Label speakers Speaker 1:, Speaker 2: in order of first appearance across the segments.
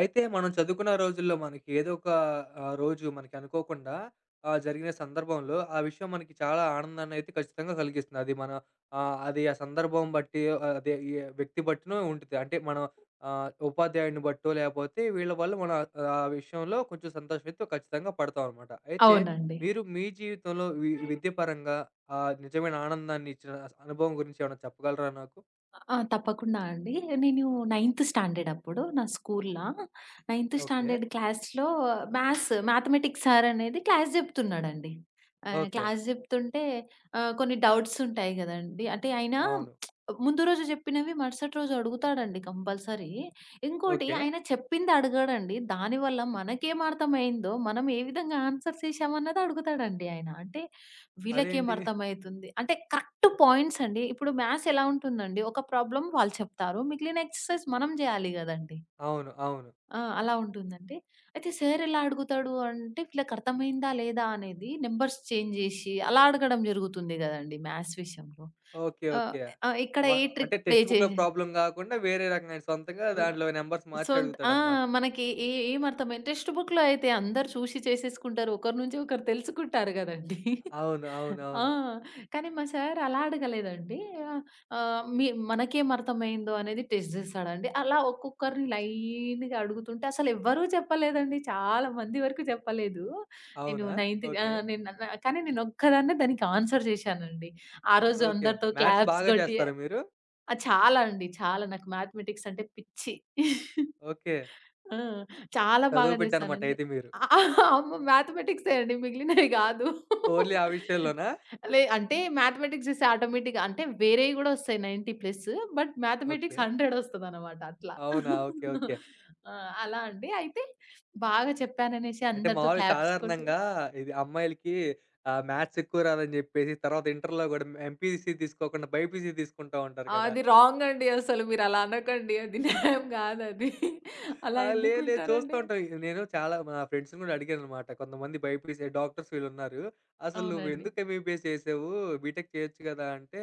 Speaker 1: అయితే మనం చదువుకున్న రోజుల్లో మనకి ఏదో ఒక రోజు మనకి అనుకోకుండా జరిగిన సందర్భంలో ఆ విషయం మనకి చాలా ఆనందాన్నయితే ఖచ్చితంగా కలిగిస్తుంది. అది మన అది ఆ సందర్భం బట్టి అదే ఈ వ్యక్తి బట్టినూ ఉంటది. అంటే మనం ఉపాధ్యాయుడిని బట్టో లేపోతే వీళ్ళ వల్ల మనం ఆ విషయంలో కొంచెం సంతోషమైతే ఖచ్చితంగా పడతాం అనమాట. అయితే
Speaker 2: అవునండి.
Speaker 1: మీరు మీ జీవితంలో విద్య పరంగా నిజమైన ఆనందాన్ని ఇచ్చిన అనుభవం గురించి ఏమైనా చెప్పగలరా నాకు?
Speaker 2: ఆ! తప్పకుండా అండి. నేను నైన్త్ స్టాండర్డ్ అప్పుడు నా స్కూల్‌లా. Ninth
Speaker 1: okay.
Speaker 2: స్టాండర్డ్ క్లాస్‌లో మ్యాథ్స్, మ్యాథమెటిక్స్ సార్ అనేది క్లాస్ చెప్తున్నాడండి.
Speaker 1: ఓకే.
Speaker 2: క్లాస్ చెప్తుంటే కొన్ని డౌట్స్ ఉంటాయి గదండీ! అంటే ఆయన
Speaker 1: అవును.
Speaker 2: ముందు రోజు చెప్పినవి మరుసటి రోజు అడుగుతాడండి కంపల్సరీ. ఇంకోటి
Speaker 1: ఓకే.
Speaker 2: ఆయన చెప్పింది అడగడండి. దానివల్ల మనకేం అర్థమైందో, మనం ఏ విధంగా ఆన్సర్స్ ఏసామన్నది అడుగుతాడండి ఆయన. అంటే వీళ్ళకేం
Speaker 1: అదేంటి?
Speaker 2: అర్థమైతుంది? అంటే కరెక్ట్ పాయింట్స్ అండి. ఇప్పుడు మ్యాథ్స్ ఎలా ఉంటుందండి, ఒక ప్రాబ్లమ్ వాళ్ళు చెప్తారు. మిగిలిన ఎక్సర్‌సైజ్ మనం జేయాలి గదండీ!
Speaker 1: అవును. అవును.
Speaker 2: ఆ! అలా ఉంటుందండి. అయితే సార్ ఎలా అడుగుతాడు అంటే, వీళ్ళకర్థమైందా లేదా అనేది నంబర్స్ చేంజ్ జేసి అలా అడగడం జరుగుతుంది గదండీ మ్యాథ్స్ విషయంలో.
Speaker 1: ఓకే.
Speaker 2: ఆహ్,
Speaker 1: ఓకే.
Speaker 2: ఆహ్, ఇక్కడ
Speaker 1: మ
Speaker 2: ఏ
Speaker 1: అంటే
Speaker 2: ట్రిక్ ప్లే
Speaker 1: టెక్స్ట్
Speaker 2: చే
Speaker 1: బుక్‌లో ప్రాబ్లమ్ గాకుండా వేరే రకంగా ఆయన సొంతంగా దాంట్లో నంబర్స్ మార్చి
Speaker 2: సొంత ఆ!
Speaker 1: అడుగుతాడనమాట.
Speaker 2: మనకి ఏం అర్థమై టెక్స్ట్ బుక్‌లో అయితే అందరూ చూసి చేసేసుకుంటారు. ఒకరి నుంచి ఒకరు తెలుసుకుంటారు గదండీ.
Speaker 1: అవును.
Speaker 2: ఆ!
Speaker 1: అవునవును.
Speaker 2: కానీ మా సార్ అలా అడగలేదండి. ఆహ్, ఆహ్, మీ మనకేం అర్థమైందో అనేది టెస్ట్ జేస్తాడండి. అలా ఒక్కొక్కరిని లైన్‌గా అడుగుతుంటే అసలెవ్వరూ చెప్పలేదండి. చాలా మంది వరకు చెప్పలేదు. నేను
Speaker 1: అవునా?
Speaker 2: నైన్త్ ఆ!
Speaker 1: ఓకే.
Speaker 2: నేను నా కానీ నేనొక్కదాన్నే దానికి ఆన్సర్ జేశానండి. ఆ రోజు
Speaker 1: ఓకే.
Speaker 2: అందరితో
Speaker 1: మ్యాథ్స్
Speaker 2: క్లాప్స్
Speaker 1: బాగా
Speaker 2: గొట్టి
Speaker 1: చేస్తారా మీరు?
Speaker 2: ఆ! చాలా అండి. చాలా నాకు మ్యాథమెటిక్స్ అంటే పిచ్చి.
Speaker 1: ఓకే.
Speaker 2: ఆ! చాలా
Speaker 1: చదువు
Speaker 2: బాగా
Speaker 1: బిడ్డ అనమాట
Speaker 2: చేస్తానండి.
Speaker 1: అయితే మీరు.
Speaker 2: అమ్మ మ్యాథమెటిక్సే అండి మిగిలినవి గాదు.
Speaker 1: ఓన్లీ ఆ విషయంలోనా?
Speaker 2: అంటే మ్యాథమెటిక్స్ చేస్తే ఆటోమేటిక్‌గా అంటే వేరేవి గూడా ఒస్తాయి 90+. But
Speaker 1: okay.
Speaker 2: మ్యాథమెటిక్స్ 100 ఒస్తదనమాట అట్లా.
Speaker 1: అవునా? ఓకే. ఓకే.
Speaker 2: ఆ! అలా అండి. అయితే బాగా చెప్పాననేసి
Speaker 1: అంటే
Speaker 2: అందరితో
Speaker 1: మామూలుగా
Speaker 2: క్లాప్స్ కొట్టి
Speaker 1: సాధారణంగా ఇది అమ్మాయిలకి మ్యాథ్స్ ఎక్కువ రాదని జెప్పేసి తర్వాత ఇంటర్‌లో గూడా ఎంపీసీ తీసుకోకుండా బైపీసీ తీసుకుంటా ఉంటారు
Speaker 2: ఆ!
Speaker 1: కదా!
Speaker 2: అది రాంగ్ అండి అసలు. మీరలా అనకండి. అది న్యాయం గాదది.
Speaker 1: ఆ!
Speaker 2: అలా
Speaker 1: లేదు లేదు. చూస్తూ
Speaker 2: ఎందుకుంటారండి?
Speaker 1: ఉంటాం. నేను చాలా మా ఫ్రెండ్స్‌ని గూడా అడిగాననమాట. కొంతమంది బైపీసీ డాక్టర్స్ వీళ్ళున్నారు. "అసలు
Speaker 2: అవునండి.
Speaker 1: నువ్వెందుకు ఎంబీబీఎస్ చేసావు? బీటెక్ చేయొచ్చు గదా!" అంటే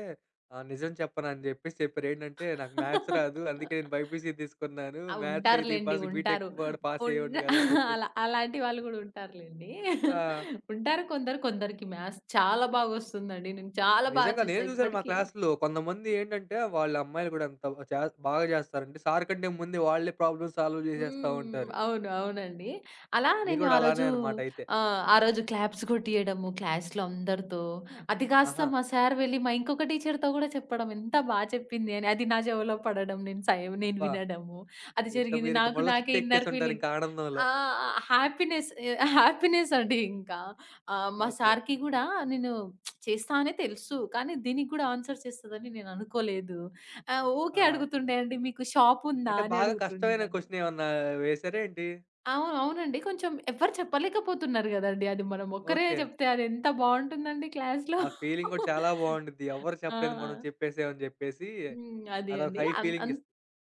Speaker 1: నిజం చెప్పనా అని జెప్పేసి చెప్పారు. ఏంటంటే, "నాకు మ్యాథ్స్ రాదు. అందుకే నేను బైపీసీ తీసుకున్నాను.
Speaker 2: ఆ!
Speaker 1: మ్యాథ్స్ అయితే ఈ
Speaker 2: ఉంటారులెండి.
Speaker 1: పాస్ బీటెక్
Speaker 2: ఉంటారు.
Speaker 1: పాస్
Speaker 2: ఉన్న
Speaker 1: అయ్యేవాడిని గాదు" అని జెప్పేసి.
Speaker 2: అలా అలాంటి వాళ్ళు గూడా ఉంటారులెండి.
Speaker 1: ఆ!
Speaker 2: ఉంటారు కొందరు. కొందరికి మ్యాథ్స్ చాలా బాగొస్తుందండి. నేను చాలా బాగా
Speaker 1: నిజంగా
Speaker 2: చేశా
Speaker 1: నేను జూసాను మా
Speaker 2: ఇప్పటికి.
Speaker 1: క్లాస్‌లో కొంతమంది ఏంటంటే, వాళ్ళ అమ్మాయిలు గూడా అంత చే బాగా జేస్తారంటే సార్ కంటే ముందే వాళ్ళే ప్రాబ్లమ్ సాల్వ్ జేసేస్తా
Speaker 2: హ్మ్.
Speaker 1: ఉంటారు.
Speaker 2: అవును. అవునండి. అలా
Speaker 1: మీరు
Speaker 2: నేను
Speaker 1: గూడా
Speaker 2: ఆ
Speaker 1: అలానే
Speaker 2: రోజు
Speaker 1: అన్నమాట అయితే.
Speaker 2: ఆహ్, ఆ రోజు క్లాప్స్ కొట్టియడము క్లాస్‌లో అందరితో. అది
Speaker 1: ఆహా!
Speaker 2: కాస్త మా సార్ వెళ్లి మా ఇంకొక టీచర్‌తో గూడా చెప్పడం ఎంత బా చెప్పింది అని. అది నా చెవిలో పడడం. నేను
Speaker 1: అబ్బా!
Speaker 2: వినడము. అది
Speaker 1: ఇంకా
Speaker 2: జరిగింది.
Speaker 1: మీరింక
Speaker 2: నాకు
Speaker 1: ముళ్ళ చుట్టూ
Speaker 2: నాకే ఇన్నర్
Speaker 1: ఎక్కేసుంటారు
Speaker 2: ఫీలింగ్
Speaker 1: ఇంక ఆనందంలో.
Speaker 2: ఆ! హ్యాపీనెస్ హ్యాపీనెస్ అండి ఇంకా. మా
Speaker 1: ఓకే.
Speaker 2: సార్‌కి గూడా నేను చేస్తా అనే తెలుసు. కానీ దీనికి గూడా ఆన్సర్ చేస్తదని నేను అనుకోలేదు. ఊకే
Speaker 1: ఆ!
Speaker 2: అడుగుతుండే అండి, "మీకు షాప్ ఉందా?"
Speaker 1: అంటే
Speaker 2: అని
Speaker 1: బాగా
Speaker 2: అడుగుతుండే
Speaker 1: కష్టమైన
Speaker 2: నన్ను.
Speaker 1: క్వెషన్ ఏమన్నా వేసారా ఏంటి?
Speaker 2: అవును. అవునండి. కొంచెం ఎవ్వరు చెప్పలేకపోతున్నారు గదండీ! అది మనం ఒక్కరే
Speaker 1: ఓకే.
Speaker 2: జెప్తే అది ఎంత బావుంటుందండి క్లాస్‌లో.
Speaker 1: ఆ ఫీలింగ్ గూడా చాలా బావుండిద్ది. ఎవ్వరు చెప్పలేదు మనం
Speaker 2: ఆ!
Speaker 1: చెప్పేసాం అని జెప్పేసి.
Speaker 2: హ్మ్. అదే
Speaker 1: అదొక
Speaker 2: అండి.
Speaker 1: హై
Speaker 2: అన్
Speaker 1: ఫీలింగ్
Speaker 2: అంత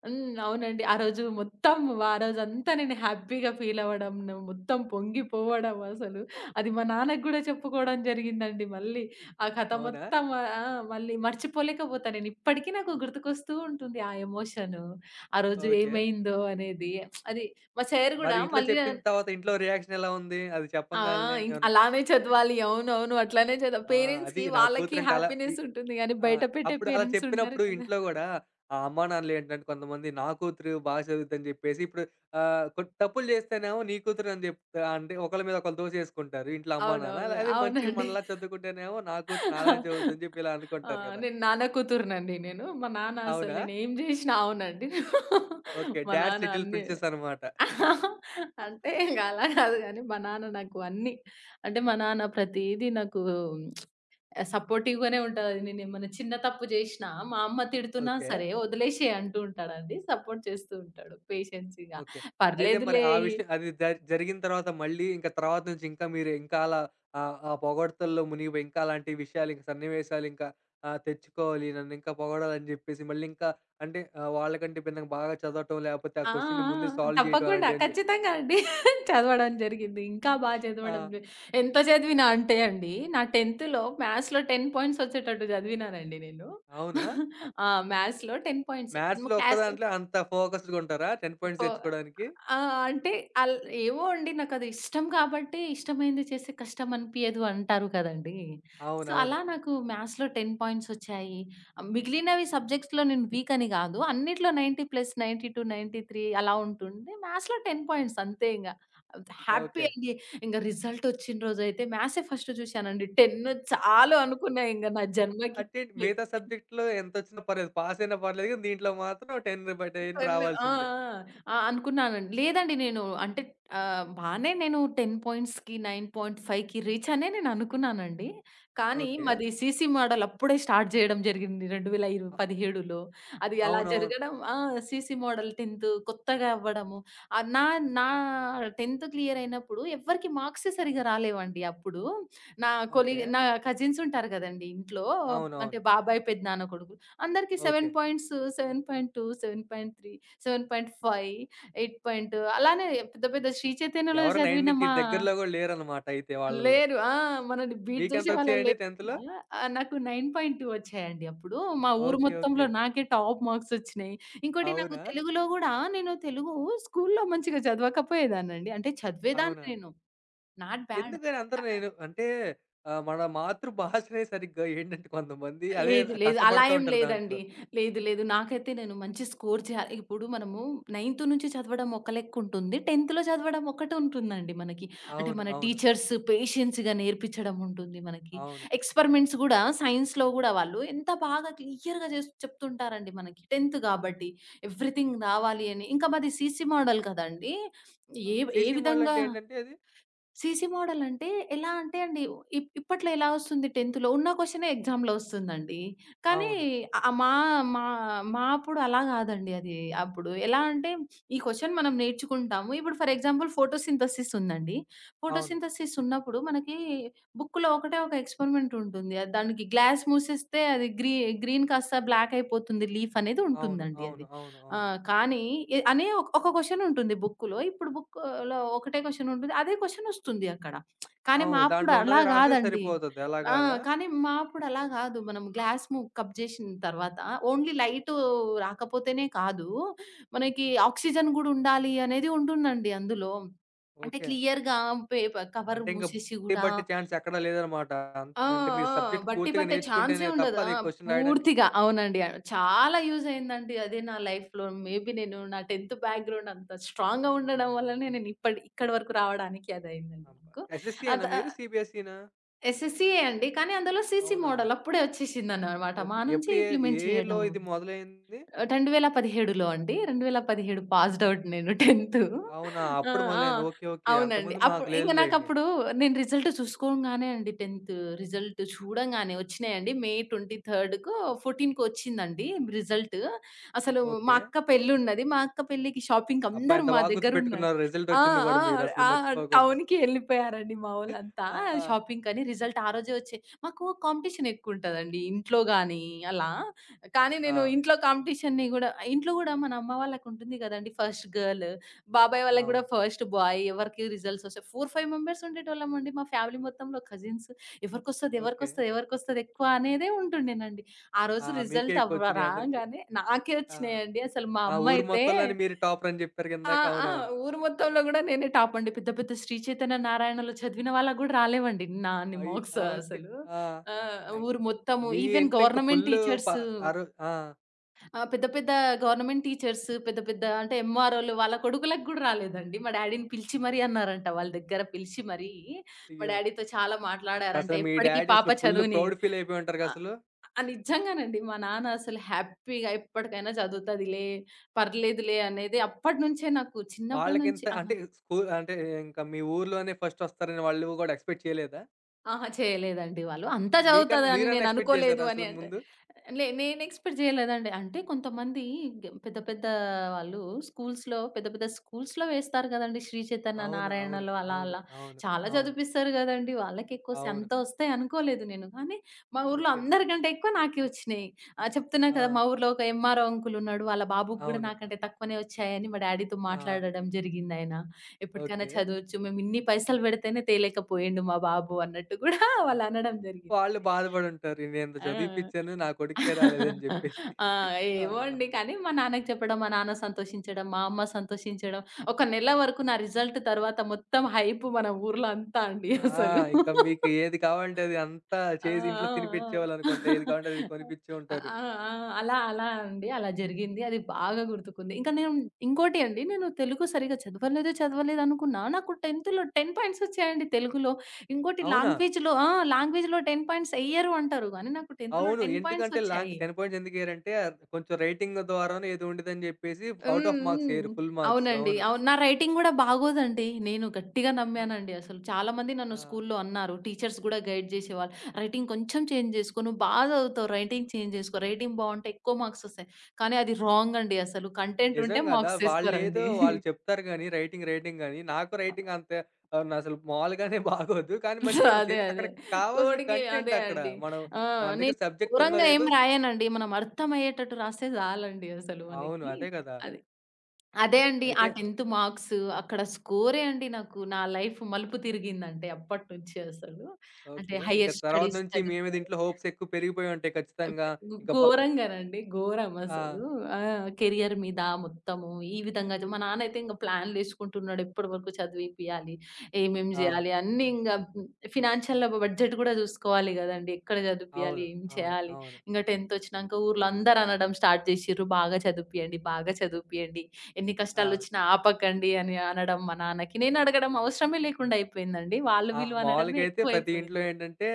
Speaker 2: హ్మ్. అవునండి. ఆ రోజు మొత్తం ఆ రోజంతా నేను హ్యాపీగా ఫీల్ అవ్వడం, నేను మొత్తం పొంగిపోవడం అసలు. అది మా నాన్నకి గూడా చెప్పుకోవడం జరిగిందండి మళ్ళీ. ఆ కథ
Speaker 1: అవునా?
Speaker 2: మొత్తం ఆహ్, ఆ! మళ్ళీ మర్చిపోలేకపోతా నేను. ఇప్పటికీ నాకు గుర్తుకొస్తూ ఉంటుంది ఆ ఎమోషను. ఆ రోజు
Speaker 1: ఓకే.
Speaker 2: ఏమైందో అనేది. అది మా సార్
Speaker 1: మరి
Speaker 2: గూడా
Speaker 1: ఇంట్లో
Speaker 2: మళ్ళీ
Speaker 1: చెప్పిన తర్వాత ఇంట్లో రియాక్షన్ ఎలా ఉంది? అది
Speaker 2: ఆ!
Speaker 1: చెప్పంగాల్నే
Speaker 2: ఇం
Speaker 1: ఏమన్నా
Speaker 2: అలానే చదవాలి. అవునవును. అట్లానే చదవ
Speaker 1: ఆ! అది
Speaker 2: పేరెంట్స్‌కి
Speaker 1: నా
Speaker 2: వాళ్ళకి
Speaker 1: కూతురంటే అలా
Speaker 2: హ్యాపీనెస్ ఉంటుంది గానీ
Speaker 1: ఆ!
Speaker 2: బయట పెట్టే
Speaker 1: అప్పుడు అలా
Speaker 2: పేరెంట్స్ ఉంటారు
Speaker 1: చెప్పినప్పుడు
Speaker 2: కదా!
Speaker 1: ఇంట్లో గూడా ఆ అమ్మానాన్నలు ఏంటంటే కొంతమంది నా కూతురు బాగా చదువుద్దని జెప్పేసి ఇప్పుడు కొన్ని తప్పులు జేస్తేనేమో నీ కూతురని జెప్తా అంటే ఒకళ్ళ మీద ఒకళ్ళు దోసేసుకుంటారు ఇంట్లో అమ్మా, నాన్న.
Speaker 2: అవునవును.
Speaker 1: అదే మంచిగా
Speaker 2: అవునండి.
Speaker 1: మనలా చదువుకుంటేనేమో నా కూతురు నాలానే చదువుద్దని జెప్పి ఇలా
Speaker 2: ఆ!
Speaker 1: అనుకుంటారు గదా!
Speaker 2: నేను నాన్న కూతురునండి నేను. మా నాన్న అసలు
Speaker 1: అవునా?
Speaker 2: నేనేం జేషినా అవునండి.
Speaker 1: ఓకే.
Speaker 2: మా
Speaker 1: డాడ్స్
Speaker 2: నాన్న
Speaker 1: లిటిల్
Speaker 2: అన్ని
Speaker 1: ప్రిన్సెస్ అనమాట.
Speaker 2: అంటే ఇంగ అలా గాదు గానీ, మా నాన్న ప్రతీదీ నాకు సపోర్టివ్‌గానే ఉంటారు. నేనేమన్నా చిన్న తప్పు జేషినా, మా అమ్మ తిడుతున్నా
Speaker 1: ఓకే.
Speaker 2: సరే వదిలేషెయి అంటూ ఉంటాడండి. సపోర్ట్ చేస్తూ ఉంటాడు. పేషెన్స్‌గా
Speaker 1: ఓకే. అయితే మరి
Speaker 2: పర్లేదులే
Speaker 1: ఆ విషయం అది జరిగిన తర్వాత మళ్ళీ ఇంక తర్వాత నుంచి ఇంకా మీరు ఇంకా అలా ఆ పొగడ్తల్లో మునిగిపోయి ఇంకా అలాంటి విషయాలు ఇంక సన్నివేశాలు ఇంకా తెచ్చుకోవాలి నన్ను ఇంకా పొగడాలని జెప్పేసి మళ్ళీ ఇంకా అంటే వాళ్ళకంటే భిన్నంగా బాగా చదవటం లేపోతే ఆ
Speaker 2: ఆ!
Speaker 1: క్వెషన్‌ని
Speaker 2: ఆ!
Speaker 1: ముందే సాల్వ్ జేయటం
Speaker 2: తప్పకుండా.
Speaker 1: అలాంటివేం
Speaker 2: ఖచ్చితంగా అండి. చదవడం జరిగింది. ఇంకా బా
Speaker 1: ఆ!
Speaker 2: చదవడం జ ఎంత చదివినా అంటే అండి, నా 10థ్‌లో మ్యాథ్స్‌లో 10 పాయింట్స్ వచ్చేటట్టు చదివినానండి నేను.
Speaker 1: అవునా? అ
Speaker 2: ఆ! మ్యాథ్స్‌లో 10 పాయింట్స్.
Speaker 1: మ్యాథ్స్‌లో ఒక్క
Speaker 2: క్లాస్
Speaker 1: దాంట్లో అంత ఫోకస్డ్‌గా ఉంటారా 10 పాయింట్స్
Speaker 2: పో
Speaker 1: తెచ్చుకోవడానికి?
Speaker 2: ఆ! అంటే అల్ ఏమో అండి. నాకది ఇష్టం కాబట్టి, ఇష్టమైంది చేస్తే కష్టం అనిపియదు అంటారు కదండీ! సో,
Speaker 1: అవునవును.
Speaker 2: అలా నాకు మ్యాథ్స్‌లో 10 పాయింట్స్ వచ్చాయి. మిగిలినవి సబ్జెక్ట్స్‌లో నేను వీక్ అని గాదు. అన్నిట్లో 90+, 92, 93 అలా ఉంటుండే. మ్యాథ్స్‌లో 10 పాయింట్స్ అంతే ఇంగ. Happy
Speaker 1: okay.
Speaker 2: అండి. ఇంగ రిజల్ట్ వచ్చిన రోజైతే మ్యాథ్సే ఫస్ట్ చూశానండి. 10 చాలు అనుకున్నా ఇంగ నా జన్మకి.
Speaker 1: అంటే మిగతా సబ్జెక్ట్‌లో ఎంతొచ్చినా పర్లేదు. పాసయినా పర్లేదు గానీ దీంట్లో మాత్రం 10 బై 10
Speaker 2: కన్ను ఆ!
Speaker 1: రావాల్సిందే.
Speaker 2: ఆ! ఆ! అనుకున్నానండి. లేదండి నేను అంటే ఆహ్, బానే నేను 10 పాయింట్స్‌కి, 9.5కి రీచ్ అనే నేను అనుకున్నానండి. కానీ
Speaker 1: ఓకే.
Speaker 2: మాది సీసీ మోడల్ అప్పుడే స్టార్ట్ చేయడం జరిగింది 2017లో. అది అలా
Speaker 1: అవునవును.
Speaker 2: జరగడం ఆ! సీసీ మోడల్ 10థ్ కొత్తగా అవ్వడము. ఆహ్, నా నా 10థ్ క్లియర్ అయినప్పుడు ఎవ్వరికీ మార్క్సే సరిగ్గా రాలేవండి అప్పుడు. నా
Speaker 1: ఓకే.
Speaker 2: నా కజిన్స్ ఉంటారు కదండీ ఇంట్లో. అంటే
Speaker 1: అవునవును.
Speaker 2: బాబాయ్, పెదనాన్న కొడుకు. అందరికి 7
Speaker 1: ఓకే.
Speaker 2: పాయింట్స్, 7.2, 7.3, 7.5, 8. అలానే పెద్ద పెద్ద శ్రీ చైతన్యలో
Speaker 1: ఎవరు
Speaker 2: చదివిన
Speaker 1: 9కి
Speaker 2: మా
Speaker 1: దగ్గరలో గూడా లేరనమాట అయితే వాళ్ళల్లో.
Speaker 2: లేరు. ఆ! మనల్ని బీట్ చేసేవాళ్ళే
Speaker 1: మీకెంతొచ్చాయండి
Speaker 2: లేరు.
Speaker 1: 10థ్‌లో?
Speaker 2: నాకు 9.2 వచ్చాయండి అప్పుడు. మా ఊరు
Speaker 1: ఓకే.
Speaker 2: మొత్తంలో
Speaker 1: ఓకే.
Speaker 2: నాకే టాప్ మార్క్స్ వచ్చినాయి. ఇంకోటి నాకు
Speaker 1: అవునా?
Speaker 2: తెలుగులో గూడా నేను తెలుగు స్కూల్లో మంచిగా చదవకపోయేదాన్నండి. అంటే చదివేదాన్ని
Speaker 1: అవునా?
Speaker 2: నేను. Not bad.
Speaker 1: ఎందుకని
Speaker 2: క
Speaker 1: అందరూ నేను అంటే మన మాతృభాషనే సరిగ్గా ఏంటంటే కొంతమంది అదే
Speaker 2: లేదు, లేదు, అలా
Speaker 1: కష్టపడతా
Speaker 2: ఏం
Speaker 1: ఉంటారు దాంట్లో.
Speaker 2: లేదండి. లేదు, లేదు, నాకైతే నేను మంచి స్కోర్ చేయాలి. ఇప్పుడు మనము నైన్త్ నుంచి చదవడం ఒక లెక్కుంటుంది. 10థ్‌లో చదవడం ఒకటి ఉంటుందండి మనకి. అంటే
Speaker 1: అవును.
Speaker 2: మన
Speaker 1: అవును.
Speaker 2: టీచర్స్ పేషెన్స్‌గా నేర్పించడం ఉంటుంది మనకి.
Speaker 1: అవును.
Speaker 2: ఎక్స్‌పెరిమెంట్స్ గూడా సైన్స్‌లో గూడా వాళ్ళు ఎంత బాగా క్లియర్‌గా చేసి చెప్తుంటారండి మనకి. 10థ్ కాబట్టి ఎవ్రీథింగ్ రావాలి అని. ఇంకా మాది సీసీ మోడల్ కదండీ!
Speaker 1: ఆ!
Speaker 2: ఏ ఏ
Speaker 1: సీసీ
Speaker 2: విధంగా
Speaker 1: మోడలంటే ఏంటంటే అది?
Speaker 2: సీసీ మోడల్ అంటే ఎలా అంటే అండి ఇప్పట్లో ఎలా వస్తుంది 10థ్‌లో ఉన్న క్వెషనే ఎగ్జామ్‌లో వస్తుందండి. కానీ
Speaker 1: అవును.
Speaker 2: ఆహ్, మా మా మా అప్పుడు అలా కాదండి అది. అప్పుడు ఎలా అంటే ఈ క్వెషన్ మనం నేర్చుకుంటాము. ఇప్పుడు ఫర్ ఎగ్జాంపుల్ ఫోటోసింథసిస్ ఉందండి.
Speaker 1: అవును.
Speaker 2: ఫోటోసింథసిస్ ఉన్నప్పుడు మనకి బుక్‌లో ఒకటే ఒక ఎక్స్‌పెరిమెంట్ ఉంటుంది. అది దానికి గ్లాస్ మూసేస్తే అది గ్రీన్ కాస్త బ్లాక్ అయిపోతుంది లీఫ్ అనేది
Speaker 1: అవును.
Speaker 2: ఉంటుందండి
Speaker 1: అవును.
Speaker 2: అది.
Speaker 1: అవును.
Speaker 2: ఆ!
Speaker 1: అవును.
Speaker 2: కానీ ఎ అనే ఒక ఒక క్వెషన్ ఉంటుంది బుక్కులో. ఇప్పుడు బుక్కులో ఒకటే క్వెషన్ ఉంటుంది. అదే క్వెషన్ వస్తుంది అక్కడ. కానీ మా
Speaker 1: అవును.
Speaker 2: అప్పుడు
Speaker 1: దాంట్లో
Speaker 2: అలా
Speaker 1: ఉన్నది రాస్తే
Speaker 2: కాదండి.
Speaker 1: సరిపోతది. అలా
Speaker 2: ఆ!
Speaker 1: గాదా?
Speaker 2: కానీ మా అప్పుడు అలా కాదు. మనం గ్లాస్ ము కప్ చేసిన తర్వాత ఓన్లీ లైటు రాకపోతేనే కాదు, మనకి ఆక్సిజన్ కూడా ఉండాలి అనేది ఉంటుందండి అందులో. అంటే
Speaker 1: ఓకే.
Speaker 2: క్లియర్‌గా పేపర్ కవర్
Speaker 1: అంటే ఇంక
Speaker 2: మూసేసి
Speaker 1: బట్టి,
Speaker 2: కూడా
Speaker 1: బట్టి ఛాన్స్ ఎక్కడా లేదనమాట. అంత
Speaker 2: ఆ!
Speaker 1: అంటే మీరు
Speaker 2: ఆ!
Speaker 1: సబ్జెక్ట్
Speaker 2: బట్టి
Speaker 1: పూర్తిగా
Speaker 2: పట్టే ఛాన్సే
Speaker 1: నేర్చుకుంటేనే తప్ప
Speaker 2: ఉండదు.
Speaker 1: అది
Speaker 2: ఆ!
Speaker 1: క్వెషన్ రాయడానికి
Speaker 2: పూర్తిగా అవునండి. చాలా యూజ్ అయిందండి అది నా లైఫ్‌లో. మేబీ నేను నా 10థ్ బ్యాక్‌గ్రౌండ్ అంత స్ట్రాంగ్‌గా ఉండడం వల్లనే నేను ఇప్పటి ఇక్కడి వరకు రావడానికి అదయిందండి
Speaker 1: అబ్బా!
Speaker 2: నాకు. అద
Speaker 1: ఎస్ఎస్‌సీయేనా
Speaker 2: ఆహ్,
Speaker 1: మీరు? సీబీఎస్‌ఈనా?
Speaker 2: ఎస్ఎస్‌సీయే అండి. కానీ అందులో సీసీ
Speaker 1: అవునా?
Speaker 2: మోడల్ అప్పుడే వచ్చేసిందనమాట.
Speaker 1: ఓకే.
Speaker 2: మా నుంచి
Speaker 1: ఎప్పుడు ఏ, ఏ
Speaker 2: ఇంప్లిమెంట్
Speaker 1: ఇయర్‌లో
Speaker 2: చేయడం.
Speaker 1: ఇది మొదలైంది?
Speaker 2: 2017లో అండి. 2017 పాస్డ్ ఔట్ నేను 10థ్.
Speaker 1: అవునా!
Speaker 2: ఆ!
Speaker 1: అప్పుడు
Speaker 2: ఆ!
Speaker 1: మొదలైంది. ఓకే. ఓకే.
Speaker 2: అవునండి.
Speaker 1: అంతకుముందు
Speaker 2: అప్పుడు
Speaker 1: మాకు
Speaker 2: ఇంక
Speaker 1: లేదులెండి.
Speaker 2: నాకప్పుడు నేను రిజల్ట్ చూసుకోంగానే అండి 10థ్ రిజల్ట్ చూడంగానే వచ్చినాయండి. మే 23కు 14కి వచ్చిందండి రిజల్ట్. అసలు మా
Speaker 1: ఓకే.
Speaker 2: అక్క పెళ్ళున్నది. మా అక్క పెళ్ళికి షాపింగ్‌కి
Speaker 1: అబ్బా!
Speaker 2: అందరూ
Speaker 1: ఎంత
Speaker 2: మా
Speaker 1: బాగా
Speaker 2: దగ్గరున్నారు.
Speaker 1: గుర్తుపెట్టుకున్నారు రిజల్ట్
Speaker 2: ఆ!
Speaker 1: వచ్చింది
Speaker 2: ఆ!
Speaker 1: గూడా మీరసలు
Speaker 2: ఆ!
Speaker 1: మర్చిపోకుండా.
Speaker 2: టౌన్‌కి ఎళ్ళిపోయారండి మా వోళ్ళంతా
Speaker 1: ఆ!
Speaker 2: షాపింగ్‌కని. రిజల్ట్ ఆ రోజే వచ్చే మాకు కాంపిటీషన్ ఎక్కువుంటదండి. ఇంట్లో గాని అలా. కానీ నేను
Speaker 1: ఆ!
Speaker 2: ఇంట్లో కాంపిటీషన్‌ని గూడా ఇంట్లో గూడా మన అమ్మ వాళ్ళకుంటుంది గదండీ! ఫస్ట్ గర్ల్, బాబాయ్ వాళ్ళకి గూడా
Speaker 1: అవును.
Speaker 2: ఫస్ట్ బాయ్ ఎవరికి రిజల్ట్స్ ఒస్తాయి. 4, 5 మెంబర్స్ ఉండేటోళ్ళమండి మా ఫ్యామిలీ మొత్తంలో కజిన్స్. ఎవరికొస్తది?
Speaker 1: ఓకే.
Speaker 2: ఎవరికొస్తది? ఎవరికొస్తది ఎక్కువ అనేదే ఉంటుండేనండి. ఆ
Speaker 1: ఆ!
Speaker 2: రోజు
Speaker 1: మీకే
Speaker 2: రిజల్ట్ అవ్వ
Speaker 1: ఎక్కువొచ్చినియి అందరికి.
Speaker 2: రాంగానే నాకే
Speaker 1: ఆ!
Speaker 2: ఒచ్చినాయండి. అసలు మా
Speaker 1: ఆ
Speaker 2: అమ్మ
Speaker 1: ఊరు
Speaker 2: అయితే
Speaker 1: మొత్తంలోనే మీరు టాపరని జెప్పారు
Speaker 2: ఆ!
Speaker 1: ఇందాక.
Speaker 2: ఆ!
Speaker 1: అవునవును.
Speaker 2: ఊరు మొత్తంలో గూడా నేనే టాప్ అండి. పెద్ద పెద్ద శ్రీ చైతన్య నారాయణలో చదివిన వాళ్ళకి గూడా రాలేవండి నాన్ని
Speaker 1: అయి
Speaker 2: మార్క్స్
Speaker 1: ఆ! ఓకే.
Speaker 2: అసలు.
Speaker 1: ఆ!
Speaker 2: ఆ!
Speaker 1: అయి
Speaker 2: ఊరు మొత్తము
Speaker 1: మీ
Speaker 2: ఈవెన్
Speaker 1: ఇంట్లో ఇంకా
Speaker 2: గవర్నమెంట్
Speaker 1: ఫుల్లు ప
Speaker 2: టీచర్స్
Speaker 1: ఆ రోజు ఆ!
Speaker 2: ఆ! పెద్ద పెద్ద గవర్నమెంట్ టీచర్స్, పెద్ద పెద్ద అంటే ఎంఆర్‌ఓలు వాళ్ళ కొడుకులకు గూడా రాలేదండి. మా డ్యాడీని పిలిచి మరీ అన్నారంట. వాళ్ళ దగ్గర పిలిచి మరీ మా
Speaker 1: అయ్యో!
Speaker 2: డ్యాడీతో చాలా మాట్లాడారంట.
Speaker 1: ఇంకసలు మీ
Speaker 2: ఎప్పటికి
Speaker 1: డ్యాడీ
Speaker 2: పాప
Speaker 1: అసలు ఫుల్
Speaker 2: చదువుని
Speaker 1: ప్రౌడ్ ఫీల్ అయిపోయి ఉంటారుగా
Speaker 2: ఆ!
Speaker 1: అసలు.
Speaker 2: ఆ! నిజంగానండి. మా నాన్న అసలు హ్యాపీగా ఎప్పటికైనా చదువుతదిలే, పర్లేదులే అనేది అప్పటినుంచే నాకు చిన్నప్పటి నుంచి
Speaker 1: వాళ్ళకింత
Speaker 2: ఆ!
Speaker 1: అంటే అంటే ఇంకా మీ ఊర్లోనే ఫస్ట్ వస్తారని వాళ్ళు కూడా ఎక్స్‌పెక్ట్ చేయలేదా?
Speaker 2: అహా! చేయలేదండి వాళ్ళు. అంత
Speaker 1: మీకన్నా
Speaker 2: చదువుతదని
Speaker 1: మీరన్నా ఎక్స్‌పెక్ట్
Speaker 2: నేననుకోలేదు
Speaker 1: చేసారా
Speaker 2: అని
Speaker 1: అసలు
Speaker 2: అంటే,
Speaker 1: ముందు?
Speaker 2: నేను ఎక్స్‌పెక్ట్ చేయలేదండి. అంటే కొంతమంది గ పెద్ద పెద్ద వాళ్ళు స్కూల్స్‌లో పెద్ద పెద్ద స్కూల్స్‌లో వేస్తారు గదండీ! శ్రీ చైతన్య,
Speaker 1: అవును. అవును.
Speaker 2: నారాయణలో అలా
Speaker 1: అవును.
Speaker 2: అలా.
Speaker 1: అవును.
Speaker 2: చాలా
Speaker 1: అవును.
Speaker 2: చదివిపిస్తారు గదండీ! వాళ్ళకెక్కువ వస్తాయి.
Speaker 1: అవును.
Speaker 2: అంత వస్తాయి అనుకోలేదు నేను. కానీ మా ఊర్లో
Speaker 1: ఓకే.
Speaker 2: అందరికంటే ఎక్కువ నాకే వచ్చినాయి. చెప్తున్నా కదా!
Speaker 1: ఆ!
Speaker 2: మా ఊర్లో ఒక ఎంఆర్‌ఓ అంకుల్ ఉన్నాడు. వాళ్ళ బాబుకి గూడా
Speaker 1: అవును.
Speaker 2: నాకంటే తక్కువనే వచ్చాయని మా డ్యాడీతో
Speaker 1: ఆ!
Speaker 2: మాట్లాడడం జరిగిందాయన. ఎప్పటికైనా
Speaker 1: ఓకే.
Speaker 2: చదవచ్చు. మేమిన్ని పైసలు పెడితేనే తేలేకపోయిండు మా బాబు అన్నట్టు కూడా వాళ్ళనడం
Speaker 1: వాళ్ళు
Speaker 2: జరిగిందండి.
Speaker 1: బాధపడుంటారు. నేనింత
Speaker 2: ఆ!
Speaker 1: చదివిపిచ్చాను. నా కొడుక్కే రాలేదని జెప్పేసి.
Speaker 2: ఆ!
Speaker 1: ఆ!
Speaker 2: ఏమో అండి. కానీ మా నాన్నకి చెప్పడం, మా నాన్న సంతోషించడం, మా అమ్మ సంతోషించడం. ఒక నెల వరకు నా రిజల్ట్ తర్వాత మొత్తం హైప్ మన ఊర్లో అంతా అండి
Speaker 1: ఆ!
Speaker 2: అసలు.
Speaker 1: ఇంకా మీకు ఏది కావాలంటే అది అంతా
Speaker 2: ఆ!
Speaker 1: చేసి ఇంట్లో తినిపిచ్చేవాళ్ళనుకుంటా. ఏది కావాలంటే అది కొనిపిచ్చే
Speaker 2: ఆ!
Speaker 1: ఉంటారు.
Speaker 2: ఆ! ఆ! ఆ! ఆ! అలా అలా అండి. అలా జరిగింది. అది బాగా గుర్తుకుంది. ఇంకా నేను ఇంకోటి అండి నేను తెలుగు సరిగ్గా చదవలేదు, చదవలేదు అనుకున్నా. నాకు 10థ్‌లో 10 పాయింట్స్ వచ్చాయండి తెలుగులో. ఇంకోటి
Speaker 1: అవునా?
Speaker 2: లాంగ్వేజ్‌లో ఆ! లాంగ్వేజ్‌లో 10 పాయింట్స్ ఎయ్యరు అంటారు గానీ నాకు 10థ్‌లో
Speaker 1: అవును.
Speaker 2: 10 పాయింట్స్
Speaker 1: ఎందుకంటే లాంగ్
Speaker 2: వచ్చాయి.
Speaker 1: 10 పాయింట్స్ ఎందుకెయ్యరంటే కొంచెం రైటింగ్ ద్వారానో ఏదో ఉండిద్దని జెప్పేసి
Speaker 2: హ్మ్.
Speaker 1: ఔట్ ఆఫ్ మార్క్స్
Speaker 2: హ్మ్.
Speaker 1: ఎయ్యరు. Full marks.
Speaker 2: అవునండి.
Speaker 1: అవును.
Speaker 2: అవును. నా రైటింగ్ గూడా బాగోదండి. నేను గట్టిగా
Speaker 1: ఆ!
Speaker 2: నమ్మానండి అసలు. చాలా మంది నన్ను
Speaker 1: ఆ!
Speaker 2: స్కూల్లో అన్నారు. టీచర్స్ గూడా గైడ్ జేసేవాళ్ళు. "రైటింగ్ కొంచెం చేంజ్ జేసుకో. నువ్వు బా చదువుతావు. Writing change జేసుకో. రైటింగ్ బావుంటే ఎక్కువ మార్క్స్ ఒస్తాయి." కానీ అది రాంగ్ అండి అసలు. కంటెంట్
Speaker 1: నిజం
Speaker 2: ఉంటే
Speaker 1: గదా!
Speaker 2: మార్క్స్
Speaker 1: వాళ్ళేదో
Speaker 2: ఏస్తారండి.
Speaker 1: వాళ్ళు చెప్తారు గానీ రైటింగ్, రైటింగ్ అని. నాకు రైటింగ్ అంత అసలు మాములుగానే బాగోదు. కానీ
Speaker 2: సో,
Speaker 1: మంచిగానే వస్తది.
Speaker 2: అదే.
Speaker 1: ఎందుకు అక్కడ
Speaker 2: అదే.
Speaker 1: కావాల్సిన
Speaker 2: కోడికి
Speaker 1: కంటెంట్
Speaker 2: అదే
Speaker 1: అక్కడ.
Speaker 2: అండి.
Speaker 1: మనం
Speaker 2: ఆ!
Speaker 1: మన దగ్గర
Speaker 2: నేను
Speaker 1: సబ్జెక్ట్ ఉందో
Speaker 2: దూరంగా
Speaker 1: లేదో
Speaker 2: ఏం రాయనండి. మనం అర్థమయ్యేటట్టు రాస్తే చాలండి అసలు
Speaker 1: అవును.
Speaker 2: మనకి.
Speaker 1: అదే గదా!
Speaker 2: అది. అదే అండి. ఆ
Speaker 1: అయితే
Speaker 2: 10థ్ మార్క్స్ అక్కడ స్కోరే అండి నాకు నా లైఫ్ మలుపు తిరిగిందంటే అప్పటి నుంచి అసలు. అంటే
Speaker 1: ఓకే. ఇంక
Speaker 2: హైయర్
Speaker 1: తర్వాత
Speaker 2: స్టడీస్
Speaker 1: నుంచి మీ మీద
Speaker 2: చదువుకోవాలి.
Speaker 1: ఇంట్లో హోప్స్ ఎక్కువ పెరిగిపోయి ఉంటాయి ఖచ్చితంగా.
Speaker 2: ఘ్
Speaker 1: ఇంక బ
Speaker 2: ఘోరంగానండి. ఘోరం
Speaker 1: ఆ!
Speaker 2: అసలు. ఆ! కెరియర్ మీద మొత్తము ఈ విధంగా అయితే మా నాన్నయితే ఇంక ప్లాన్‌లేసుకుంటున్నాడు. ఎప్పటివరకు చదివిపియాలి, ఏమేం
Speaker 1: ఆ!
Speaker 2: జేయాలి అన్నీ ఇంగ హ్మ్, ఫినాన్షియల్ బడ్జెట్ గూడా జూసుకోవాలి గదండీ. ఎక్కడ చదివిపియాలి,
Speaker 1: అవును.
Speaker 2: ఏం
Speaker 1: అవును.
Speaker 2: చేయాలి?
Speaker 1: అవును.
Speaker 2: ఇంగ 10థ్ ఒచ్చినంక ఊర్లో అందరూ అనడం స్టార్ట్ జేషిర్రు. "బాగా చదివిపియండి, బాగా చదివిపియండి. ఎన్ని
Speaker 1: ఆ!
Speaker 2: కష్టాలొచ్చినా ఆపకండి" అని అనడం మా నాన్నకి. నేను అడగడం అవసరమే లేకుండా అయిపోయిందండి. వాళ్ళు
Speaker 1: ఆ!
Speaker 2: వీళ్ళు
Speaker 1: మామూలుగా
Speaker 2: అనడమే
Speaker 1: అయితే ప్రతి ఇంట్లో
Speaker 2: ఎక్కువైపోయింది.
Speaker 1: ఏంటంటే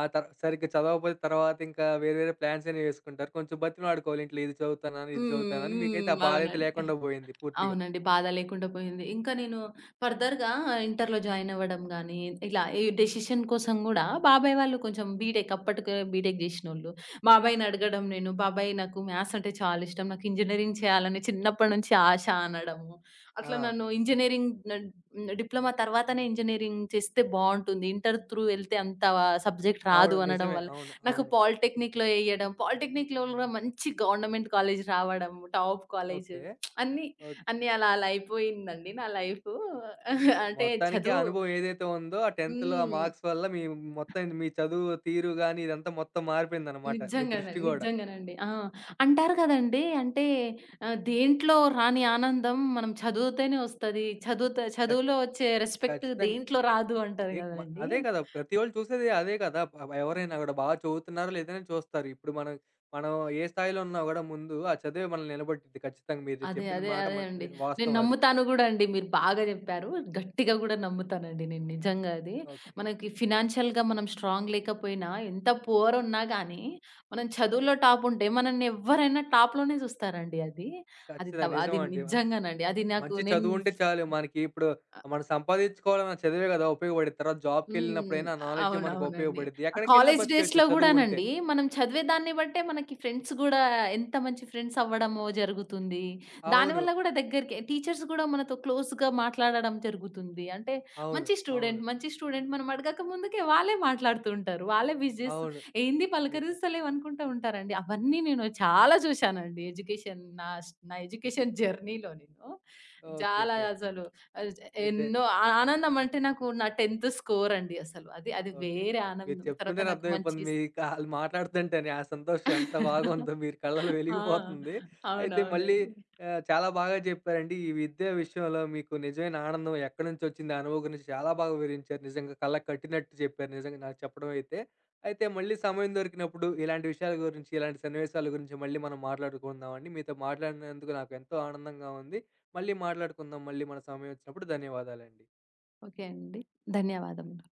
Speaker 1: ఆహ్, తర్ సరిగ్గా చదవకపోతే తర్వాత ఇంకా వేరే వేరే ప్లాన్స్ అనేవి వేసుకుంటారు. కొంచెం బతిమిలాడుకోవాలి ఇంట్లో ఇది చదువుతానని, ఇది
Speaker 2: హ్మ్.
Speaker 1: చదువుతానని. మీకైతే
Speaker 2: హ్మ్.
Speaker 1: ఆ బాధ అయితే
Speaker 2: అవునండి.
Speaker 1: లేకుండా పోయింది పూర్తిగా.
Speaker 2: అవునండి. బాధ లేకుండా పోయింది. ఇంకా నేను ఫర్దర్‌గా ఇంటర్‌లో జాయిన్ అవ్వడం గాని, ఇలా ఏ డెసిషన్ కోసం గూడా బాబాయ్ వాళ్ళు కొంచెం బీటెక్ అప్పటికే బీటెక్ జేసినోళ్ళు. బాబాయిని అడగడం నేను, "బాబాయ్ నాకు మ్యాథ్స్ అంటే చాలా ఇష్టం. నాకు ఇంజినీరింగ్ చేయాలని చిన్నప్పటి నుంచి ఆశ" అనడము. అట్లా
Speaker 1: ఆ!
Speaker 2: నన్ను ఇంజినీరింగ్ నన్ డిప్లొమా తర్వాతనే ఇంజినీరింగ్ చేస్తే బావుంటుంది. ఇంటర్ త్రూ ఎళ్తే అంత సబ్జెక్ట్
Speaker 1: అవును.
Speaker 2: రాదు అనడం
Speaker 1: నిజమే.
Speaker 2: వల్ల,
Speaker 1: అవును.
Speaker 2: నాకు
Speaker 1: అవును.
Speaker 2: పాలిటెక్నిక్‌లో ఎయడం, పాలిటెక్నిక్‌లో గూడా మంచి గవర్నమెంట్ కాలేజ్ రావడం, టాప్ కాలేజ్
Speaker 1: ఓకే.
Speaker 2: అన్నీ
Speaker 1: ఓకే.
Speaker 2: అన్నీ అలా అలా అయిపోయిందండి నా లైఫు. అంటే
Speaker 1: మొత్తానికి ఆ
Speaker 2: చదువు
Speaker 1: అనుభవం ఏదైతే ఉందో ఆ 10థ్‌లో ఆ
Speaker 2: హ్మ్.
Speaker 1: మార్క్స్ వల్ల మీ మొత్తం మీ చదువు తీరు గాని ఇదంతా మొత్తం మారిపోయిందనమాట. మీ దృష్టి
Speaker 2: నిజంగానండి.
Speaker 1: గూడా.
Speaker 2: నిజంగానండి. ఆ! అంటారు కదండీ! అంటే దేంట్లో రాని ఆనందం మనం చదువుతేనే వస్తది.
Speaker 1: ఖచ్
Speaker 2: చదువులో వచ్చే రెస్పెక్ట్
Speaker 1: ఖచ్చితంగా.
Speaker 2: దేంట్లో రాదు అంటారు
Speaker 1: ఏ మ
Speaker 2: కదండీ!
Speaker 1: అదే కదా! ప్రతోళ్ళు చూసేది అదే కదా! ఎవరైనా గూడా బాగా చదువుతున్నారో లేదని చూస్తారు. ఇప్పుడు మనం, మనం ఏ స్థాయిలో ఉన్నా గూడా ముందు ఆ చదువే మనల్ని నిలబెట్టిద్ది ఖచ్చితంగా. మీరు
Speaker 2: అదే.
Speaker 1: చెప్పింది
Speaker 2: అదే.
Speaker 1: మాట
Speaker 2: అదే
Speaker 1: మ
Speaker 2: అండి.
Speaker 1: ని
Speaker 2: నేను
Speaker 1: వాస్తవం అది.
Speaker 2: నమ్ముతాను గూడా అండి. మీరు బాగా జెప్పారు. గట్టిగా గూడా నమ్ముతానండి నేను నిజంగా అది.
Speaker 1: ఓకే.
Speaker 2: మనకి ఫినాన్షియల్‌గా మనం స్ట్రాంగ్ లేకపోయినా, ఎంత పూర్ ఉన్నా గానీ, మనం చదువులో టాప్ ఉంటే మనల్ని ఎవ్వరైనా టాప్‌లోనే జూస్తారండి అది. అది
Speaker 1: ఖచ్చితంగా
Speaker 2: త అది
Speaker 1: నిజమండి.
Speaker 2: నిజంగానండి. అది నాకు
Speaker 1: మంచి
Speaker 2: నేను
Speaker 1: చదువుంటే చాలు మనకి ఇప్పుడు మనం సంపాదించుకోవాలన్న చదివే కదా! ఉపయోగపడిద్ది. తర్వాత
Speaker 2: హ్మ్.
Speaker 1: జాబ్‌కెళ్ళినప్పుడైనా ఆ నాలెడ్జే మనకు
Speaker 2: అవునవునండి.
Speaker 1: ఉపయోగపడిద్ది.
Speaker 2: ఆ
Speaker 1: ఎక్కడికెళ్ళినా
Speaker 2: కాలేజ్ డేస్‌లో
Speaker 1: బతికేయొచ్చు చదువుంటే.
Speaker 2: గూడానండి, మనం చదివే దాన్ని బట్టే మనకి ఫ్రెండ్స్ గూడా ఎంత మంచి ఫ్రెండ్స్ అవ్వడమో జరుగుతుంది.
Speaker 1: అవును.
Speaker 2: దానివల్ల గూడా దగ్గరికి టీచర్స్ గూడా మనతో క్లోజ్‌గా మాట్లాడడం జరుగుతుంది. అంటే
Speaker 1: అవును.
Speaker 2: మంచి
Speaker 1: అవును.
Speaker 2: స్టూడెంట్, మంచి స్టూడెంట్ మనం అడగక ముందుకే వాళ్ళే మాట్లాడుతూ ఉంటారు. వాళ్ళే విష్ చేస్తూ
Speaker 1: అవును.
Speaker 2: ఏంది
Speaker 1: నిజమే.
Speaker 2: పలకరిస్తలేవు అనుకుంటా ఉంటారండి. అవన్నీ నేను చాలా చూశానండి ఎడ్యుకేషన్ నా స్ నా ఎడ్యుకేషన్ జర్నీలో నేను.
Speaker 1: ఓకే.
Speaker 2: చాలా
Speaker 1: ఓకే.
Speaker 2: అసలు అజ్
Speaker 1: అయితే
Speaker 2: ఎన్నో ఆ ఆనందం అంటే నాకు నా 10థ్ స్కోర్ అండి అసలు. అది అది
Speaker 1: ఓకే.
Speaker 2: వేరే
Speaker 1: మీరు
Speaker 2: ఆనందం. తర్వాత
Speaker 1: చెప్తుంటేనే
Speaker 2: నాకు మంచి
Speaker 1: అర్థమైపోతుంది.
Speaker 2: స్
Speaker 1: మీకు ఆళ్ళు మాట్లాడుతుంటేనే ఆ సంతోషం ఎంత బాగుందో మీరు కళ్ళలో
Speaker 2: ఆ!
Speaker 1: వెలిగిపోతుంది. అయితే మళ్ళీ
Speaker 2: అవునవునండి.
Speaker 1: చాలా బాగా చెప్పారండి. ఈ విద్య విషయంలో మీకు నిజమైన ఆనందం ఎక్కడి నుంచొచ్చింది, ఆ అనుభవం గురించి చాలా బాగా వివరించారు. నిజంగా కళ్ళకి కట్టినట్టు చెప్పారు నిజంగా నాకు చెప్పడం అయితే. అయితే మళ్ళీ సమయం దొరికినప్పుడు ఇలాంటి విషయాల గురించి, ఇలాంటి సన్నివేశాల గురించి మళ్ళీ మనం మాట్లాడుకుందామండి. మీతో మాట్లాడినందుకు నాకు ఎంతో ఆనందంగా ఉంది. మళ్ళీ మాట్లాడుకుందాం. మళ్ళీ మన సమయం వచ్చినప్పుడు. ధన్యవాదాలండి.
Speaker 2: ఓకే అండి. ధన్యవాదములు.